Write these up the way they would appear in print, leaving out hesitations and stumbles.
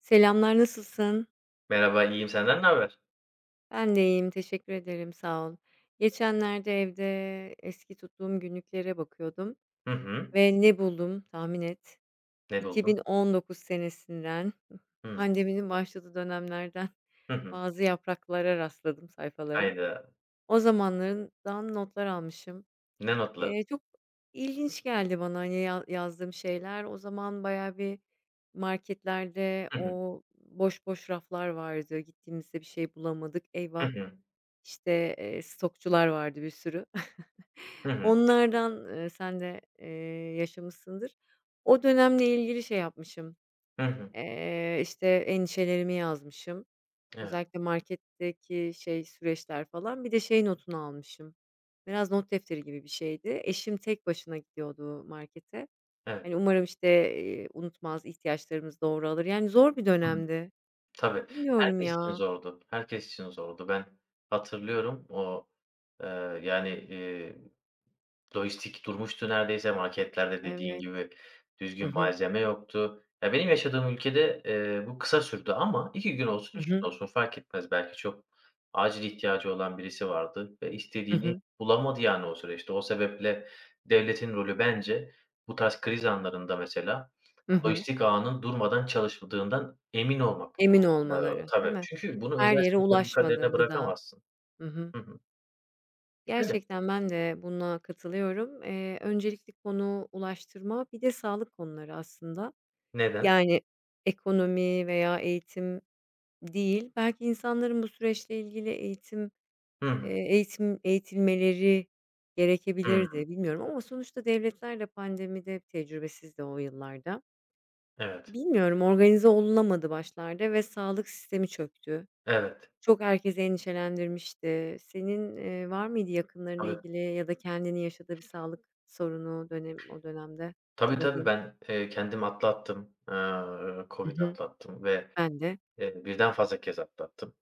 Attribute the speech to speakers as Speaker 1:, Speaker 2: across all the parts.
Speaker 1: Selamlar, nasılsın?
Speaker 2: Merhaba, iyiyim. Senden ne haber?
Speaker 1: Ben de iyiyim, teşekkür ederim, sağ ol. Geçenlerde evde eski tuttuğum günlüklere bakıyordum
Speaker 2: Hı hı.
Speaker 1: ve ne buldum tahmin et?
Speaker 2: Ne buldun?
Speaker 1: 2019 senesinden,
Speaker 2: Hıı.
Speaker 1: pandeminin başladığı dönemlerden
Speaker 2: Hı hı.
Speaker 1: bazı yapraklara rastladım, sayfalara.
Speaker 2: Hayda.
Speaker 1: O zamanlardan notlar almışım.
Speaker 2: Ne notladın?
Speaker 1: Çok ilginç geldi bana, hani, ya yazdığım şeyler. O zaman bayağı bir marketlerde
Speaker 2: Hı hı.
Speaker 1: o boş boş raflar vardı. Gittiğimizde bir şey bulamadık.
Speaker 2: Hı
Speaker 1: Eyvah,
Speaker 2: hı.
Speaker 1: işte, stokçular vardı bir sürü.
Speaker 2: Hı hı.
Speaker 1: Onlardan, sen de, yaşamışsındır. O dönemle ilgili şey yapmışım.
Speaker 2: Hı hı.
Speaker 1: İşte, endişelerimi yazmışım.
Speaker 2: Evet,
Speaker 1: Özellikle marketteki şey, süreçler falan. Bir de şey notunu almışım. Biraz not defteri gibi bir şeydi. Eşim tek başına gidiyordu markete.
Speaker 2: evet.
Speaker 1: Hani, umarım, işte, unutmaz, ihtiyaçlarımızı doğru alır. Yani zor bir
Speaker 2: Hı hı.
Speaker 1: dönemdi.
Speaker 2: Tabii.
Speaker 1: Bilmiyorum
Speaker 2: Herkes için
Speaker 1: ya.
Speaker 2: zordu. Herkes için zordu. Ben hatırlıyorum o, eee, yani, lojistik durmuştu neredeyse, marketlerde dediğin
Speaker 1: Evet.
Speaker 2: gibi
Speaker 1: Hı
Speaker 2: düzgün
Speaker 1: hı.
Speaker 2: malzeme yoktu. Ya, benim yaşadığım ülkede, bu kısa sürdü ama 2 gün olsun,
Speaker 1: Hı
Speaker 2: 3
Speaker 1: hı.
Speaker 2: gün olsun fark etmez. Belki çok acil ihtiyacı olan birisi vardı ve
Speaker 1: Hı
Speaker 2: istediğini
Speaker 1: hı.
Speaker 2: bulamadı, yani, o süreçte. O sebeple devletin rolü bence bu tarz kriz anlarında mesela
Speaker 1: Hı hı.
Speaker 2: lojistik ağının durmadan çalışmadığından emin olmak.
Speaker 1: Emin
Speaker 2: Eee,
Speaker 1: olmaları, değil
Speaker 2: tabii.
Speaker 1: mi?
Speaker 2: Çünkü bunu
Speaker 1: Her
Speaker 2: özel
Speaker 1: yere
Speaker 2: sektörün kaderine
Speaker 1: ulaşmadı gıda.
Speaker 2: bırakamazsın.
Speaker 1: Hı hı.
Speaker 2: Hı hı. Öyle.
Speaker 1: Gerçekten ben de buna katılıyorum. Öncelikli konu ulaştırma, bir de sağlık konuları aslında.
Speaker 2: Neden?
Speaker 1: Yani ekonomi veya eğitim değil. Belki insanların bu süreçle ilgili eğitim,
Speaker 2: Hı hı.
Speaker 1: eğitim eğitilmeleri
Speaker 2: Hımm.
Speaker 1: gerekebilirdi, bilmiyorum ama sonuçta devletler de pandemide tecrübesizdi o yıllarda.
Speaker 2: Evet.
Speaker 1: Bilmiyorum, organize olunamadı başlarda ve sağlık sistemi çöktü.
Speaker 2: Evet.
Speaker 1: Çok herkesi endişelendirmişti. Senin, var mıydı yakınlarınla
Speaker 2: Tabii.
Speaker 1: ilgili ya da kendini yaşadığı bir sağlık sorunu dönem o dönemde
Speaker 2: Tabii, tabii.
Speaker 1: hatırladığın?
Speaker 2: Ben, kendim atlattım.
Speaker 1: Hı
Speaker 2: COVID
Speaker 1: hı.
Speaker 2: atlattım ve
Speaker 1: Ben de.
Speaker 2: birden fazla kez atlattım.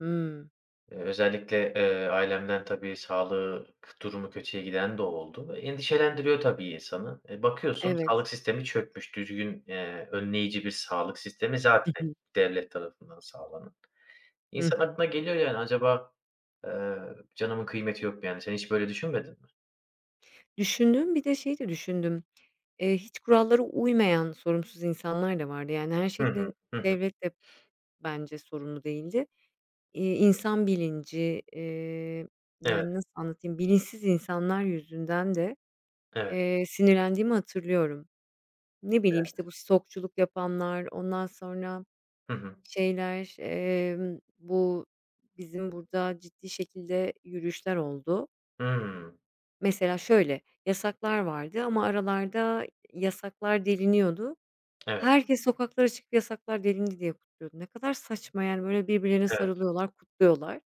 Speaker 1: Hımm.
Speaker 2: Özellikle, ailemden tabii sağlık durumu kötüye giden de oldu. Endişelendiriyor tabii insanı. E, bakıyorsun
Speaker 1: Evet.
Speaker 2: sağlık sistemi çökmüş. Düzgün, önleyici bir sağlık sistemi
Speaker 1: Hı
Speaker 2: zaten
Speaker 1: hı.
Speaker 2: devlet tarafından sağlanan.
Speaker 1: Hı
Speaker 2: İnsan
Speaker 1: hı.
Speaker 2: aklına geliyor yani, acaba eee, canımın kıymeti yok mu yani? Sen hiç böyle düşünmedin mi?
Speaker 1: Düşündüm, bir de şeyi de düşündüm. Hiç kurallara uymayan sorumsuz insanlar da vardı. Yani, her
Speaker 2: Hı hı.
Speaker 1: şeyden
Speaker 2: Hı hı.
Speaker 1: devlet de bence sorumlu değildi. İnsan bilinci,
Speaker 2: Evet,
Speaker 1: yani, nasıl anlatayım, bilinçsiz insanlar yüzünden de,
Speaker 2: evet.
Speaker 1: sinirlendiğimi hatırlıyorum. Ne bileyim, işte, bu stokçuluk yapanlar, ondan sonra
Speaker 2: Hı hı.
Speaker 1: şeyler, bu bizim burada ciddi şekilde yürüyüşler oldu.
Speaker 2: Hımm.
Speaker 1: Mesela şöyle, yasaklar vardı ama aralarda yasaklar deliniyordu.
Speaker 2: Evet,
Speaker 1: Herkes sokaklara çıkıp yasaklar delindi diye kutluyordu. Ne kadar saçma yani, böyle, birbirlerine
Speaker 2: evet,
Speaker 1: sarılıyorlar, kutluyorlar.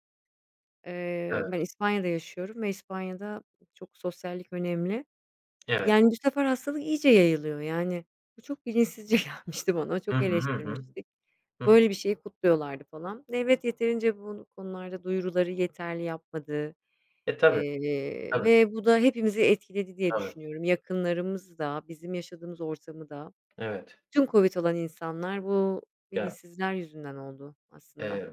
Speaker 2: evet.
Speaker 1: Ben İspanya'da yaşıyorum ve İspanya'da çok sosyallik önemli.
Speaker 2: Evet.
Speaker 1: Yani, bu sefer hastalık iyice yayılıyor. Yani, bu çok bilinçsizce gelmişti bana,
Speaker 2: Hı
Speaker 1: çok
Speaker 2: hı. Hı hı.
Speaker 1: eleştirmiştik.
Speaker 2: Hıh.
Speaker 1: Böyle bir şeyi kutluyorlardı falan. Devlet yeterince bu konularda duyuruları yeterli yapmadı,
Speaker 2: E, tabii, tabii,
Speaker 1: ve bu da hepimizi etkiledi diye
Speaker 2: tabii.
Speaker 1: düşünüyorum. Yakınlarımız da, bizim yaşadığımız ortamı da.
Speaker 2: Evet.
Speaker 1: Tüm COVID olan insanlar bu
Speaker 2: Ya,
Speaker 1: bilinçsizler yüzünden oldu aslında.
Speaker 2: Eee,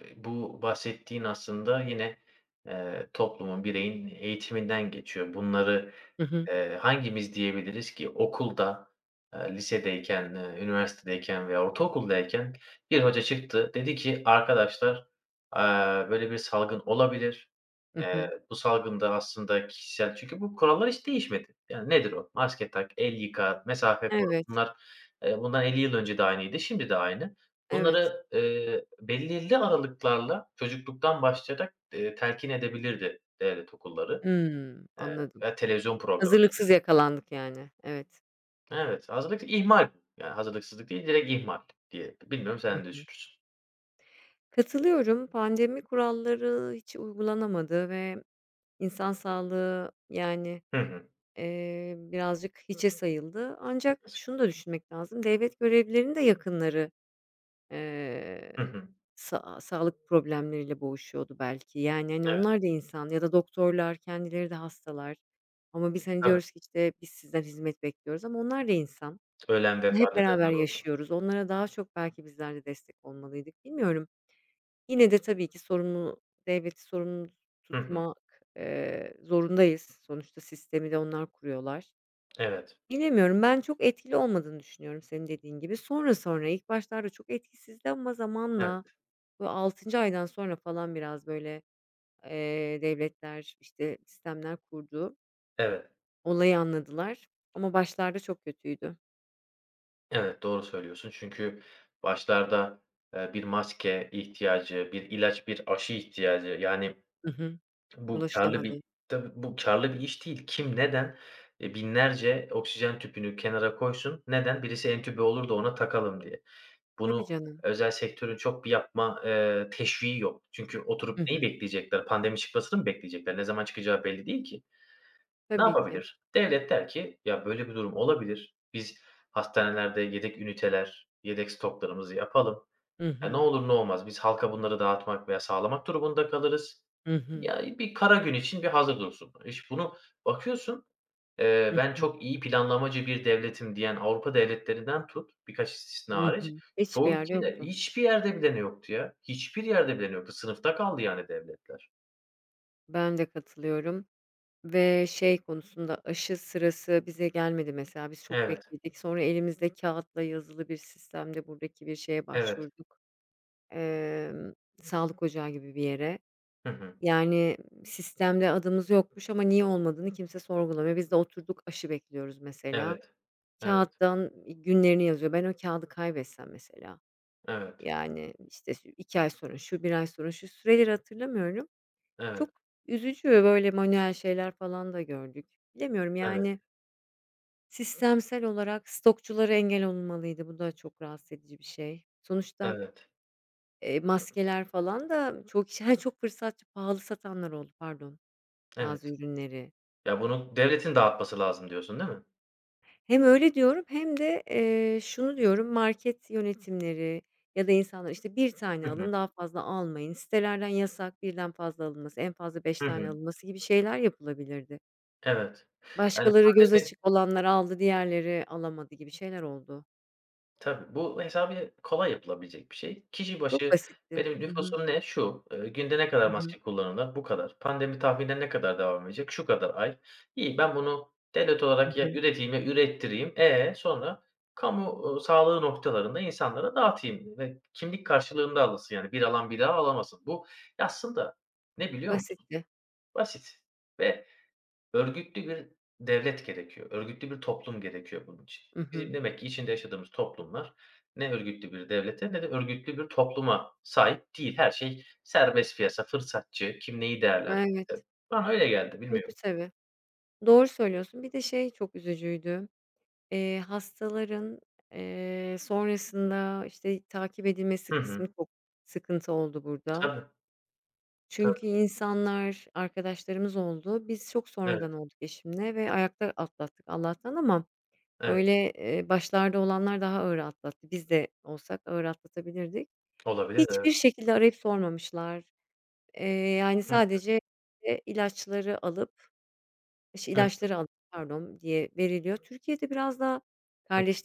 Speaker 2: b bu bahsettiğin aslında yine, toplumun, bireyin eğitiminden geçiyor. Bunları,
Speaker 1: Hı hı.
Speaker 2: hangimiz diyebiliriz ki okulda, lisedeyken, üniversitedeyken veya ortaokuldayken bir hoca çıktı, dedi ki, "Arkadaşlar, böyle bir salgın olabilir.
Speaker 1: Hı hı.
Speaker 2: Bu salgında aslında kişisel." Çünkü bu kurallar hiç değişmedi. Yani nedir o? Maske tak, el yıka, mesafe koru.
Speaker 1: Evet,
Speaker 2: Bunlar, bundan 50 yıl önce de aynıydı, şimdi de aynı.
Speaker 1: evet.
Speaker 2: Bunları belirli aralıklarla çocukluktan başlayarak telkin edebilirdi devlet okulları,
Speaker 1: Hımm,
Speaker 2: eee,
Speaker 1: anladım.
Speaker 2: veya televizyon programı.
Speaker 1: Hazırlıksız yakalandık yani. Evet.
Speaker 2: Evet, hazırlık ihmal. Yani hazırlıksızlık değil, direkt ihmal diye. Bilmiyorum, sen
Speaker 1: Hı
Speaker 2: ne
Speaker 1: hı.
Speaker 2: düşünürsün?
Speaker 1: Katılıyorum. Pandemi kuralları hiç uygulanamadı ve insan sağlığı, yani
Speaker 2: Hı hı.
Speaker 1: Birazcık hiçe sayıldı. Ancak şunu da düşünmek lazım, devlet görevlilerinin de yakınları,
Speaker 2: Hı
Speaker 1: eee,
Speaker 2: hı.
Speaker 1: sağlık problemleriyle boğuşuyordu belki. Yani, hani,
Speaker 2: Evet,
Speaker 1: onlar da insan ya da doktorlar, kendileri de hastalar ama biz, hani,
Speaker 2: tabii.
Speaker 1: diyoruz ki, işte, "Biz sizden hizmet bekliyoruz." ama onlar da insan.
Speaker 2: Ölen, vefat
Speaker 1: Hep beraber
Speaker 2: edenler oldu.
Speaker 1: yaşıyoruz. Onlara daha çok belki bizler de destek olmalıydık. Bilmiyorum. Yine de tabii ki sorumlu devleti sorumlu
Speaker 2: Hı hı.
Speaker 1: tutmak, zorundayız. Sonuçta sistemi de onlar kuruyorlar.
Speaker 2: Evet.
Speaker 1: Bilemiyorum, ben çok etkili olmadığını düşünüyorum senin dediğin gibi. Sonra sonra, ilk başlarda çok etkisizdi ama zamanla,
Speaker 2: Evet.
Speaker 1: bu altıncı aydan sonra falan biraz böyle, devletler, işte, sistemler kurdu.
Speaker 2: Evet.
Speaker 1: Olayı anladılar ama başlarda çok kötüydü.
Speaker 2: Evet, doğru söylüyorsun. Çünkü başlarda bir maske ihtiyacı, bir ilaç, bir aşı ihtiyacı yani.
Speaker 1: Hı hı.
Speaker 2: Bu kârlı bir
Speaker 1: Ulaşılamadı.
Speaker 2: Tabii, bu kârlı bir iş değil. Kim, neden binlerce oksijen tüpünü kenara koysun? Neden? Birisi entübe olur da ona takalım diye.
Speaker 1: Tabii
Speaker 2: Bunu
Speaker 1: canım.
Speaker 2: özel sektörün çok bir yapma teşviği yok. Çünkü oturup
Speaker 1: Hı
Speaker 2: neyi
Speaker 1: hı.
Speaker 2: bekleyecekler? Pandemi çıkmasını mı bekleyecekler? Ne zaman çıkacağı belli değil ki. Ne
Speaker 1: Tabii ki.
Speaker 2: yapabilir? Devlet der ki, "Ya, böyle bir durum olabilir. Biz hastanelerde yedek üniteler, yedek stoklarımızı yapalım.
Speaker 1: Hı
Speaker 2: Ya, ne
Speaker 1: hı.
Speaker 2: olur ne olmaz biz halka bunları dağıtmak veya sağlamak durumunda kalırız.
Speaker 1: Hı hı.
Speaker 2: Ya, bir kara gün için bir hazır dursun." İş bunu bakıyorsun,
Speaker 1: Hı
Speaker 2: ben
Speaker 1: hı.
Speaker 2: çok iyi planlamacı bir devletim diyen Avrupa devletlerinden tut, birkaç istisna
Speaker 1: Hı
Speaker 2: hariç,
Speaker 1: hı. Hiçbir
Speaker 2: çoğu
Speaker 1: yer
Speaker 2: ülkede
Speaker 1: yoktu.
Speaker 2: hiçbir yerde bileni yoktu ya. Hiçbir yerde bileni yoktu. Sınıfta kaldı yani devletler.
Speaker 1: Ben de katılıyorum. Ve şey konusunda aşı sırası bize gelmedi mesela. Biz çok
Speaker 2: Evet,
Speaker 1: bekledik. Sonra elimizde kağıtla yazılı bir sistemde buradaki bir şeye
Speaker 2: evet.
Speaker 1: başvurduk. Emm, Sağlık ocağı gibi bir yere.
Speaker 2: Hı hı.
Speaker 1: Yani, sistemde adımız yokmuş ama niye olmadığını kimse sorgulamıyor. Biz de oturduk aşı bekliyoruz mesela.
Speaker 2: Evet. Evet,
Speaker 1: Kağıttan günlerini yazıyor. Ben o kağıdı kaybetsem mesela,
Speaker 2: evet,
Speaker 1: yani, işte, 2 ay sonra şu, bir ay sonra şu, süreleri hatırlamıyorum.
Speaker 2: evet,
Speaker 1: Çok üzücü, böyle, manuel şeyler falan da gördük. Bilemiyorum,
Speaker 2: evet,
Speaker 1: yani sistemsel olarak stokçulara engel olunmalıydı. Bu da çok rahatsız edici bir şey. Sonuçta,
Speaker 2: evet,
Speaker 1: maskeler falan da çoğu kişi çok fırsatçı, pahalı satanlar oldu pardon bazı
Speaker 2: evet.
Speaker 1: ürünleri.
Speaker 2: Ya, bunu devletin dağıtması lazım diyorsun, değil mi?
Speaker 1: Hem öyle diyorum hem de, şunu diyorum, market yönetimleri ya da insanlar, işte, bir
Speaker 2: Hı
Speaker 1: tane
Speaker 2: hı.
Speaker 1: alın, daha fazla almayın, sitelerden yasak, birden fazla alınması, en fazla beş
Speaker 2: Hı hı.
Speaker 1: tane alınması gibi şeyler yapılabilirdi.
Speaker 2: Evet. Yani
Speaker 1: Başkaları göz
Speaker 2: pandemi
Speaker 1: açık olanlar aldı, diğerleri alamadı gibi şeyler oldu.
Speaker 2: Tabii, bu hesabı kolay yapılabilecek bir şey. Kişi
Speaker 1: Çok
Speaker 2: başı
Speaker 1: basitti.
Speaker 2: benim
Speaker 1: Hı hı.
Speaker 2: nüfusum ne? Şu, günde ne kadar
Speaker 1: Hı hı.
Speaker 2: maske kullanılır? Bu kadar. Pandemi tahminen ne kadar devam edecek? Şu kadar ay. İyi, ben bunu devlet
Speaker 1: Hı
Speaker 2: olarak ya
Speaker 1: hı.
Speaker 2: üreteyim ya ürettireyim. E, sonra kamu sağlığı noktalarında insanlara dağıtayım ve kimlik karşılığında alınsın. Yani bir alan bir daha alamasın. Bu aslında ne biliyor musun?
Speaker 1: Basitti.
Speaker 2: Basit ve örgütlü bir devlet gerekiyor, örgütlü bir toplum gerekiyor bunun için.
Speaker 1: I
Speaker 2: Bizim
Speaker 1: hı.
Speaker 2: demek ki içinde yaşadığımız toplumlar ne örgütlü bir devlete ne de örgütlü bir topluma sahip değil. Her şey serbest piyasa, fırsatçı, kim neyi değerlendirirse.
Speaker 1: Evet,
Speaker 2: Bana öyle geldi,
Speaker 1: kötü
Speaker 2: bilmiyorum.
Speaker 1: tabii. Doğru söylüyorsun. Bir de şey çok üzücüydü. Hastaların, sonrasında, işte, takip edilmesi
Speaker 2: Hı
Speaker 1: kısmı
Speaker 2: hı.
Speaker 1: çok sıkıntı oldu burada.
Speaker 2: Tabii,
Speaker 1: Çünkü
Speaker 2: tabii.
Speaker 1: insanlar, arkadaşlarımız oldu. Biz çok
Speaker 2: Evet,
Speaker 1: sonradan olduk eşimle ve ayakta atlattık Allah'tan ama
Speaker 2: evet.
Speaker 1: böyle, başlarda olanlar daha ağır atlattı. Biz de olsak ağır atlatabilirdik.
Speaker 2: Olabilir de, evet.
Speaker 1: Hiçbir şekilde arayıp sormamışlar. Eee, Yani
Speaker 2: Hı,
Speaker 1: sadece, ilaçları alıp İşte,
Speaker 2: hı,
Speaker 1: ilaçları alın, pardon, diye veriliyor. Türkiye'de biraz daha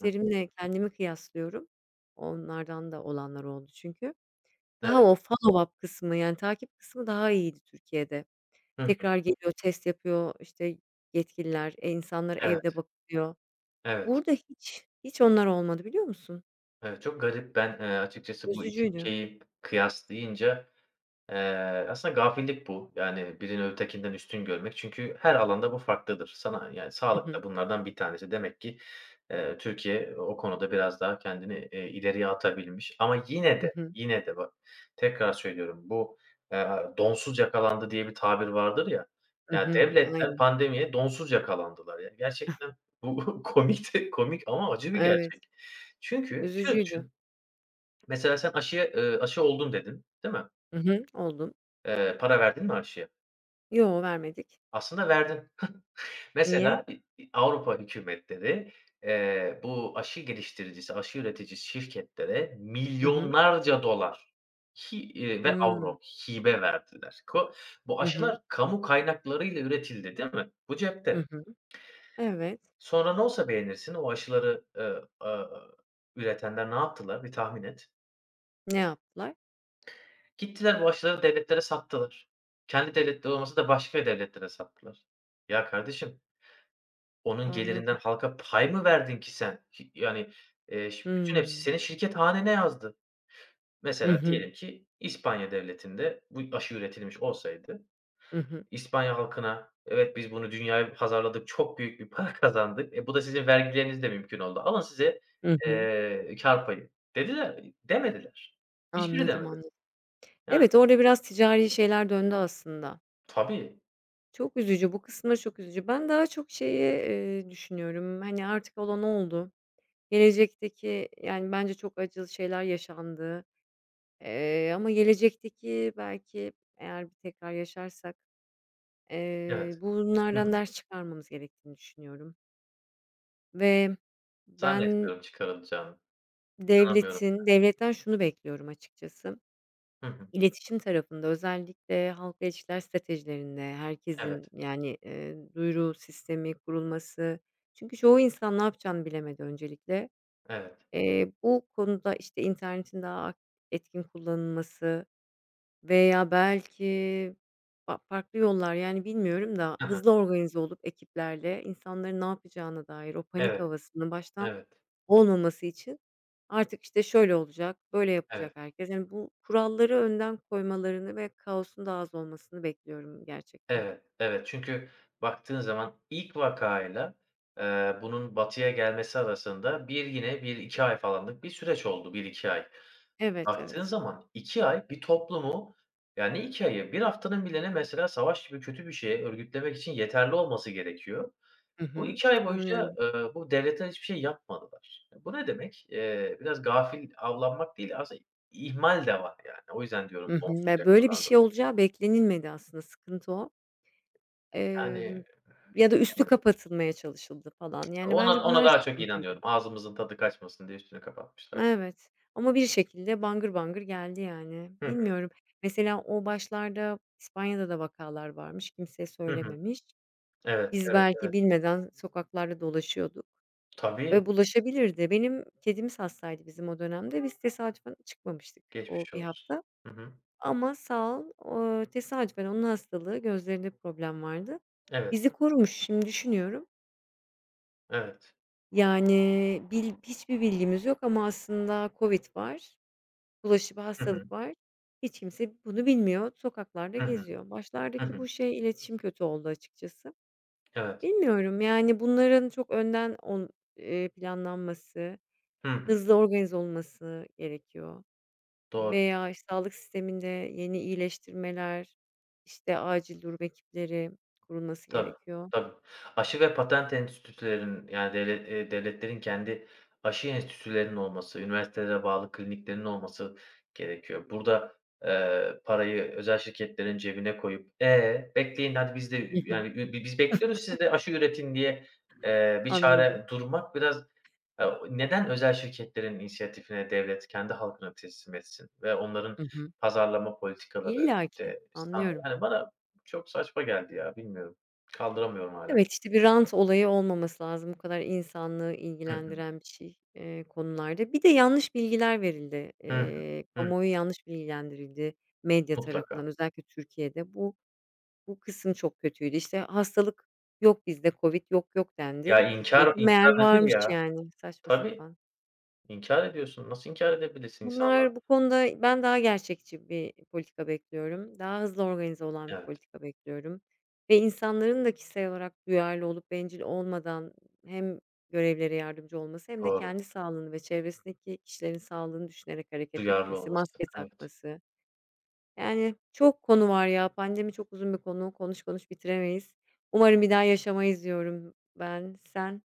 Speaker 2: hı.
Speaker 1: kendimi kıyaslıyorum. Onlardan da olanlar oldu çünkü. Daha
Speaker 2: Evet,
Speaker 1: o follow up kısmı, yani, takip kısmı daha iyiydi Türkiye'de.
Speaker 2: hı hı.
Speaker 1: Tekrar geliyor, test yapıyor, işte, yetkililer, insanlara evde
Speaker 2: Evet,
Speaker 1: bakılıyor.
Speaker 2: evet.
Speaker 1: Burada hiç onlar olmadı biliyor musun?
Speaker 2: Evet, çok garip. Ben, açıkçası bu 2
Speaker 1: Üzücüydü.
Speaker 2: ülkeyi kıyaslayınca. Aslında gafillik bu. Yani birini ötekinden üstün görmek. Çünkü her alanda bu farklıdır. Sana yani
Speaker 1: Hı
Speaker 2: sağlık da
Speaker 1: hı.
Speaker 2: bunlardan bir tanesi. Demek ki Türkiye o konuda biraz daha kendini ileriye atabilmiş. Ama yine
Speaker 1: Hı
Speaker 2: de,
Speaker 1: hı.
Speaker 2: yine de bak, tekrar söylüyorum, bu eee, "donsuz yakalandı" diye bir tabir vardır ya.
Speaker 1: Hı
Speaker 2: Ya,
Speaker 1: hı.
Speaker 2: devletler
Speaker 1: Aynen.
Speaker 2: pandemiye donsuz yakalandılar. Ya, gerçekten bu komik de komik ama acı bir
Speaker 1: Evet,
Speaker 2: gerçek. Çünkü şöyle
Speaker 1: üzücüydü.
Speaker 2: düşün, mesela sen aşıya, "aşı oldun" dedin, değil mi?
Speaker 1: Hı hı. Oldum.
Speaker 2: Para verdin mi aşıya?
Speaker 1: Yo, vermedik.
Speaker 2: Aslında verdin.
Speaker 1: Niye?
Speaker 2: Mesela Avrupa hükümetleri bu aşı geliştiricisi, aşı üretici şirketlere
Speaker 1: Hı hı.
Speaker 2: milyonlarca dolar ve
Speaker 1: Hımm.
Speaker 2: avro hibe verdiler. Bu
Speaker 1: Hı hı.
Speaker 2: aşılar kamu kaynaklarıyla üretildi, değil mi? Bu cepte.
Speaker 1: Hı hı. Evet.
Speaker 2: Sonra ne olsa beğenirsin, o aşıları üretenler ne yaptılar bir tahmin et?
Speaker 1: Ne yaptılar?
Speaker 2: Gittiler, bu aşıları devletlere sattılar. Kendi devletleri olmasa da başka devletlere sattılar. Ya kardeşim, onun gelirinden
Speaker 1: Anladım.
Speaker 2: halka pay mı verdin ki sen? Yani, ş bütün hepsi
Speaker 1: Hımm.
Speaker 2: senin şirket hanene yazdı.
Speaker 1: Hı
Speaker 2: Mesela
Speaker 1: hı.
Speaker 2: diyelim ki İspanya devletinde bu aşı üretilmiş olsaydı,
Speaker 1: Hı hı.
Speaker 2: İspanya halkına, "Evet, biz bunu dünyaya pazarladık, çok büyük bir para kazandık. E, bu da sizin vergilerinizle mümkün oldu. Alın size
Speaker 1: Hı hı.
Speaker 2: kâr payı." dediler mi? Demediler. Hiçbiri
Speaker 1: Anladım,
Speaker 2: demedi.
Speaker 1: anladım.
Speaker 2: Yani
Speaker 1: Evet, orada biraz ticari şeyler döndü aslında.
Speaker 2: Tabii,
Speaker 1: Çok üzücü, bu kısımları çok üzücü. Ben daha çok şeyi, düşünüyorum, hani, artık olan oldu. Gelecekteki, yani, bence çok acılı şeyler yaşandı, ama gelecekteki belki eğer bir tekrar yaşarsak,
Speaker 2: evet. Hı hı.
Speaker 1: bunlardan ders çıkarmamız gerektiğini düşünüyorum ve ben
Speaker 2: Zannetmiyorum çıkarılacağını. İnanamıyorum.
Speaker 1: devletin devletten şunu bekliyorum açıkçası,
Speaker 2: Hı hı.
Speaker 1: iletişim tarafında özellikle halkla ilişkiler stratejilerinde herkesin,
Speaker 2: Evet,
Speaker 1: yani, duyuru sistemi kurulması çünkü çoğu insan ne yapacağını bilemedi öncelikle.
Speaker 2: evet.
Speaker 1: Bu konuda, işte, internetin daha etkin kullanılması veya belki farklı yollar, yani, bilmiyorum da
Speaker 2: Hı hı.
Speaker 1: hızlı organize olup ekiplerle insanların ne yapacağına dair o panik
Speaker 2: Evet,
Speaker 1: havasını baştan
Speaker 2: evet,
Speaker 1: olmaması için artık, işte, şöyle olacak, böyle yapacak
Speaker 2: evet.
Speaker 1: herkes. Yani, bu kuralları önden koymalarını ve kaosun daha az olmasını bekliyorum gerçekten.
Speaker 2: Evet, evet. Çünkü baktığın zaman ilk vakayla bunun batıya gelmesi arasında bir, yine bir iki ay falanlık bir süreç oldu, bir 2 ay.
Speaker 1: Evet,
Speaker 2: Baktığın
Speaker 1: evet.
Speaker 2: zaman iki ay bir toplumu, yani iki 2 ayı, 1 haftanın bilene mesela savaş gibi kötü bir şeye örgütlemek için yeterli olması gerekiyor.
Speaker 1: Hı
Speaker 2: Bu
Speaker 1: hı.
Speaker 2: 2 ay boyunca
Speaker 1: Anlıyorum.
Speaker 2: bu devletler hiçbir şey yapmadılar. E, bu ne demek? Biraz gafil avlanmak değil, aslında ihmal de var yani. O yüzden diyorum,
Speaker 1: Hı hı. Ve
Speaker 2: sonsuzca
Speaker 1: böyle bir
Speaker 2: kalandı.
Speaker 1: şey olacağı beklenilmedi aslında, sıkıntı o. Emm,
Speaker 2: Yani
Speaker 1: Ya da üstü
Speaker 2: yani
Speaker 1: kapatılmaya çalışıldı falan. Yani,
Speaker 2: Ona
Speaker 1: bence
Speaker 2: ona
Speaker 1: bunlar
Speaker 2: daha çok
Speaker 1: sıkıntıydı.
Speaker 2: inanıyorum. Ağzımızın tadı kaçmasın diye üstünü kapatmışlar.
Speaker 1: Evet ama bir şekilde bangır bangır geldi yani.
Speaker 2: Hı hı.
Speaker 1: Bilmiyorum. Mesela o başlarda İspanya'da da vakalar varmış, kimseye
Speaker 2: Hı hı.
Speaker 1: söylememiş.
Speaker 2: Evet,
Speaker 1: Biz
Speaker 2: evet,
Speaker 1: belki
Speaker 2: evet.
Speaker 1: bilmeden sokaklarda dolaşıyorduk
Speaker 2: Tabii,
Speaker 1: ve bulaşabilirdi. Benim kedimiz hastaydı bizim o dönemde. Biz tesadüfen çıkmamıştık o
Speaker 2: geçmiş
Speaker 1: bir
Speaker 2: olsun.
Speaker 1: hafta
Speaker 2: Hı hı.
Speaker 1: ama sağ ol, tesadüfen onun hastalığı, gözlerinde problem vardı.
Speaker 2: Evet,
Speaker 1: Bizi korumuş şimdi düşünüyorum.
Speaker 2: evet.
Speaker 1: Yani hiçbir bilgimiz yok ama aslında COVID var, bulaşıcı bir
Speaker 2: Hı hı.
Speaker 1: hastalık var. Hiç kimse bunu bilmiyor, sokaklarda
Speaker 2: Hı hı.
Speaker 1: geziyor.
Speaker 2: Hı
Speaker 1: Başlardaki
Speaker 2: hı.
Speaker 1: bu şey, iletişim kötü oldu açıkçası.
Speaker 2: Evet.
Speaker 1: Bilmiyorum, yani, bunların çok önden planlanması,
Speaker 2: Hı hı.
Speaker 1: hızlı organize olması gerekiyor
Speaker 2: Doğru.
Speaker 1: veya, işte, sağlık sisteminde yeni iyileştirmeler, işte, acil durum ekipleri kurulması
Speaker 2: Tabii,
Speaker 1: gerekiyor.
Speaker 2: tabii. Aşı ve patent enstitülerinin, yani devletlerin kendi aşı enstitülerinin olması, üniversitelere bağlı kliniklerin olması gerekiyor. Burada parayı özel şirketlerin cebine koyup, "E, bekleyin hadi, biz de,
Speaker 1: Hı hı.
Speaker 2: yani biz bekliyoruz, siz de aşı üretin." diye bir
Speaker 1: Anladım.
Speaker 2: çare durmak biraz. Eee, neden özel şirketlerin inisiyatifine devlet kendi halkına teslim etsin ve onların
Speaker 1: Hı hı.
Speaker 2: pazarlama politikaları,
Speaker 1: İllaki,
Speaker 2: işte, standart.
Speaker 1: anlıyorum.
Speaker 2: Hani, bana çok saçma geldi ya, bilmiyorum. Kaldıramıyorum hâlâ.
Speaker 1: Evet, işte, bir rant olayı olmaması lazım. Bu kadar insanlığı
Speaker 2: Hı hı.
Speaker 1: ilgilendiren bir şey, konularda. Bir de yanlış bilgiler verildi.
Speaker 2: Hı hı. Hı,
Speaker 1: Kamuoyu yanlış bilgilendirildi medya
Speaker 2: Mutlaka.
Speaker 1: tarafından özellikle Türkiye'de. Bu kısım çok kötüydü. İşte, hastalık yok bizde, COVID yok yok
Speaker 2: Ya,
Speaker 1: dendi. Türkiye'de
Speaker 2: inkâr
Speaker 1: meğer
Speaker 2: inkâr nedir
Speaker 1: varmış
Speaker 2: ya?
Speaker 1: yani saçma
Speaker 2: Tabii,
Speaker 1: sapan.
Speaker 2: inkâr ediyorsun. Nasıl inkâr edebilirsin insanlar?
Speaker 1: Bunlar bu konuda ben daha gerçekçi bir politika bekliyorum. Daha hızlı organize olan bir
Speaker 2: Evet,
Speaker 1: politika bekliyorum ve insanların da kişisel olarak duyarlı olup bencil olmadan hem görevlere yardımcı olması hem de
Speaker 2: doğru.
Speaker 1: kendi sağlığını ve çevresindeki kişilerin sağlığını düşünerek hareket
Speaker 2: Duyarlı
Speaker 1: etmesi,
Speaker 2: olması.
Speaker 1: maske
Speaker 2: Evet.
Speaker 1: takması. Yani, çok konu var ya. Pandemi çok uzun bir konu. Konuş konuş bitiremeyiz. Umarım bir daha yaşamayız diyorum ben. Sen?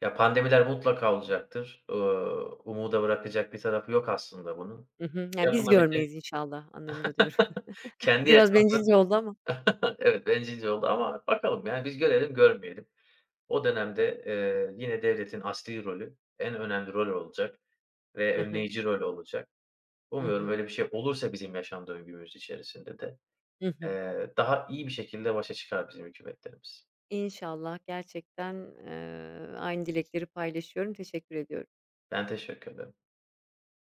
Speaker 2: Ya, pandemiler mutlaka olacaktır. Umuda bırakacak bir tarafı yok aslında bunun.
Speaker 1: Hı hı. Yani, biz
Speaker 2: Yapılabilecek
Speaker 1: görmeyiz inşallah anlamında diyorum.
Speaker 2: kendi
Speaker 1: Biraz
Speaker 2: yaşamda.
Speaker 1: bencilce oldu ama.
Speaker 2: Evet, bencilce oldu ama bakalım, yani, biz görelim, görmeyelim. O dönemde yine devletin asli rolü, en önemli rol olacak ve
Speaker 1: Hı hı.
Speaker 2: önleyici rol olacak.
Speaker 1: Hı
Speaker 2: Umuyorum
Speaker 1: hı.
Speaker 2: öyle bir şey olursa bizim yaşam döngümüz içerisinde de
Speaker 1: Hı hı.
Speaker 2: daha iyi bir şekilde başa çıkar bizim hükümetlerimiz.
Speaker 1: İnşallah gerçekten, aynı dilekleri paylaşıyorum. Teşekkür ediyorum.
Speaker 2: Ben teşekkür ederim.